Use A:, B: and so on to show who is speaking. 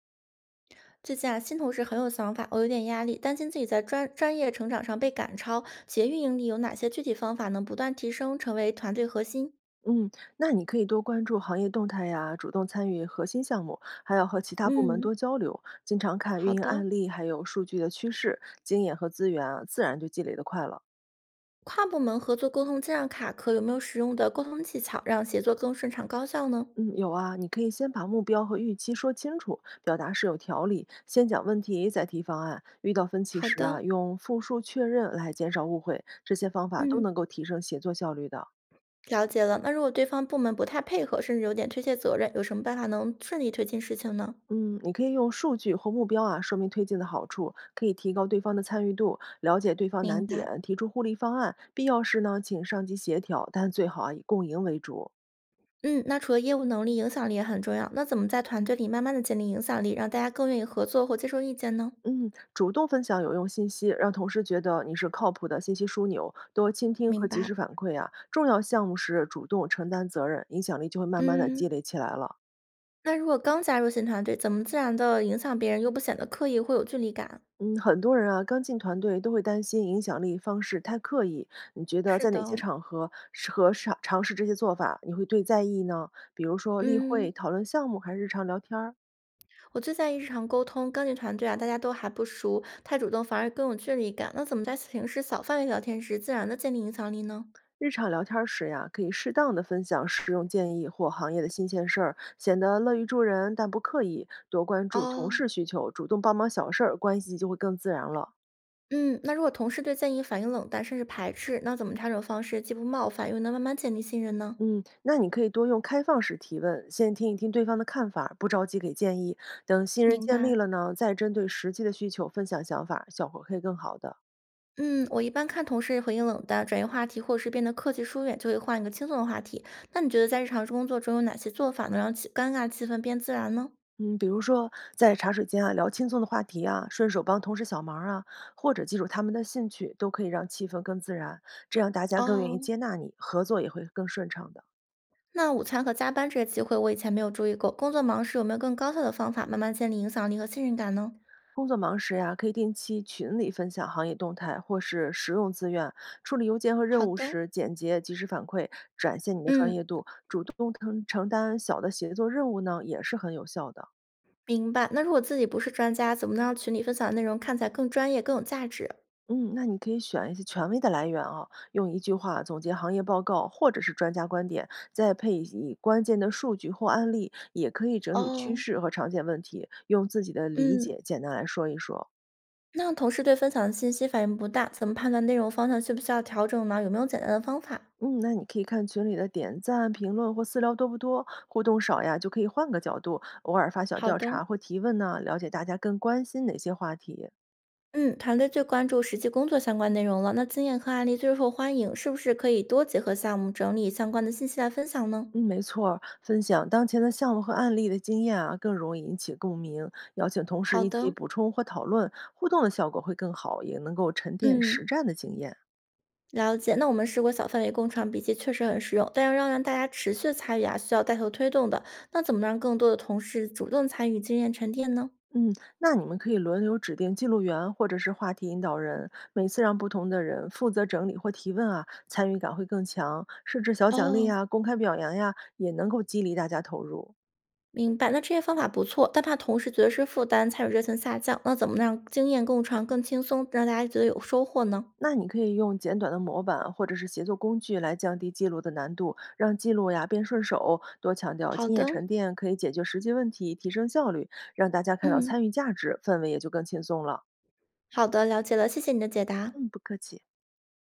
A: 最近啊，新同事很有想法，我有点压力，担心自己在专业成长上被赶超。企业运营里有哪些具体方法能不断提升，成为团队核心？
B: 嗯，那你可以多关注行业动态呀，主动参与核心项目，还要和其他部门
A: 嗯，
B: 多交流，经常看运
A: 好
B: 营
A: 的。
B: 案例，还有数据的趋势、经验和资源啊，自然就积累的快了。
A: 跨部门合作沟通经常卡壳，有没有实用的沟通技巧，让协作更顺畅高效呢？
B: 嗯，有啊，你可以先把目标和预期说清楚，表达是有条理，先讲问题，再提方案。遇到分歧
A: 好
B: 时
A: 的，
B: 啊，用复述确认来减少误会，这些方法都
A: 嗯，
B: 能够提升协作效率的。
A: 了解了。那如果对方部门不太配合，甚至有点推卸责任，有什么办法能顺利推进事情呢？
B: 嗯，你可以用数据或目标啊说明推进的好处，可以提高对方的参与度，了解对方
A: 明
B: 难
A: 白。
B: 点，提出互利方案。必要时呢，请上级协调，但最好啊以共赢为主。
A: 嗯，那除了业务能力，影响力也很重要。那怎么在团队里慢慢的建立影响力，让大家更愿意合作或接受意见呢？
B: 嗯，主动分享有用信息，让同事觉得你是靠谱的信息枢纽，多倾听和
A: 明
B: 及
A: 白，
B: 时反馈啊。重要项目时主动承担责任，影响力就会慢慢的积
A: 嗯，
B: 累起来了。
A: 那如果刚加入新团队，怎么自然的影响别人又不显得刻意会有距离感？
B: 嗯，很多人啊，刚进团队都会担心影响力方式太刻意。你觉得
A: 是
B: 在哪些
A: 的，
B: 场合适合尝试这些做法？你会最在意呢？比如说例会、
A: 嗯，
B: 讨论项目，还是日常聊天儿？
A: 我最在意日常沟通，刚进团队啊，大家都还不熟，太主动反而更有距离感。那怎么在平时小范围聊天时，自然的建立影响力呢？
B: 日常聊天儿时呀，可以适当的分享实用建议或行业的新鲜事儿，显得乐于助人但不刻意。多关注同
A: 哦，
B: 事需求，主动帮忙小事儿，关系就会更自然了。
A: 嗯，那如果同事对建议反应冷淡，甚至排斥，那怎么调整方式既不冒犯，又能慢慢建立信任呢？
B: 嗯，那你可以多用开放式提问，先听一听对方的看法，不着急给建议。等信任
A: 明
B: 建立
A: 白。
B: 了呢，再针对实际的需求分享想法，效果会更好的。
A: 嗯，我一般看同事回应冷淡、转移话题，或者是变得客气疏远，就会换一个轻松的话题。那你觉得在日常工作中有哪些做法能让气尴尬气氛变自然呢？
B: 嗯，比如说在茶水间啊聊轻松的话题啊，顺手帮同事小忙啊，或者记住他们的兴趣，都可以让气氛更自然，这样大家更愿意
A: 哦，
B: 接纳你，合作也会更顺畅的。
A: 那午餐和加班这些机会，我以前没有注意过。工作忙时有没有更高效的方法，慢慢建立影响力和信任感呢？
B: 工作忙时呀，可以定期群里分享行业动态或是实用资源，处理邮件和任
A: 好
B: 务
A: 的，
B: 时简洁及时反馈，展现你的专
A: 嗯，
B: 业度。主动承担小的协作任务呢，也是很有效的。
A: 明白。那如果自己不是专家，怎么能让群里分享的内容看起来更专业、更有价值？
B: 嗯，那你可以选一些权威的来源啊，用一句话总结行业报告或者是专家观点，再配以关键的数据或案例，也可以整理趋
A: 哦，
B: 势和常见问题，用自己的理
A: 嗯，
B: 解简单来说一说。
A: 那同事对分享的信息反应不大，怎么判断内容方向需不需要调整呢？有没有简单的方法？
B: 嗯，那你可以看群里的点赞、评论或私聊多不多，互动少呀，就可以换个角度，偶尔发小
A: 好
B: 调
A: 的，
B: 查或提问呢、了解大家更关心哪些话题。
A: 嗯，团队最关注实际工作相关内容了，那经验和案例最受欢迎，是不是可以多结合项目整理相关的信息来分享呢？
B: 嗯，没错儿分享当前的项目和案例的经验啊，更容易引起共鸣。邀请同事
A: 好
B: 一起
A: 的，
B: 补充或讨论，互动的效果会更好，也能够沉淀实
A: 嗯，
B: 战的经验。
A: 了解。那我们试过小范围共创笔记，确实很实用，但要让大家持续参与啊，需要带头推动的。那怎么让更多的同事主动参与经验沉淀呢？
B: 嗯，那你们可以轮流指定记录员或者是话题引导人，每次让不同的人负责整理或提问啊，参与感会更强。设置小奖励
A: 哦，
B: 呀、公开表扬呀，也能够激励大家投入。
A: 明白。那这些方法不错，但怕同事觉得是负担，参与热情下降。那怎么让经验共创更轻松，让大家觉得有收获呢？
B: 那你可以用简短的模板或者是协作工具来降低记录的难度，让记录呀变顺手。多强调
A: 好
B: 经验
A: 的。
B: 沉淀可以解决实际问题，提升效率，让大家看到
A: 嗯，
B: 参与价值，氛围也就更轻松了。
A: 好的，了解了，谢谢你的解答。
B: 嗯，不客气。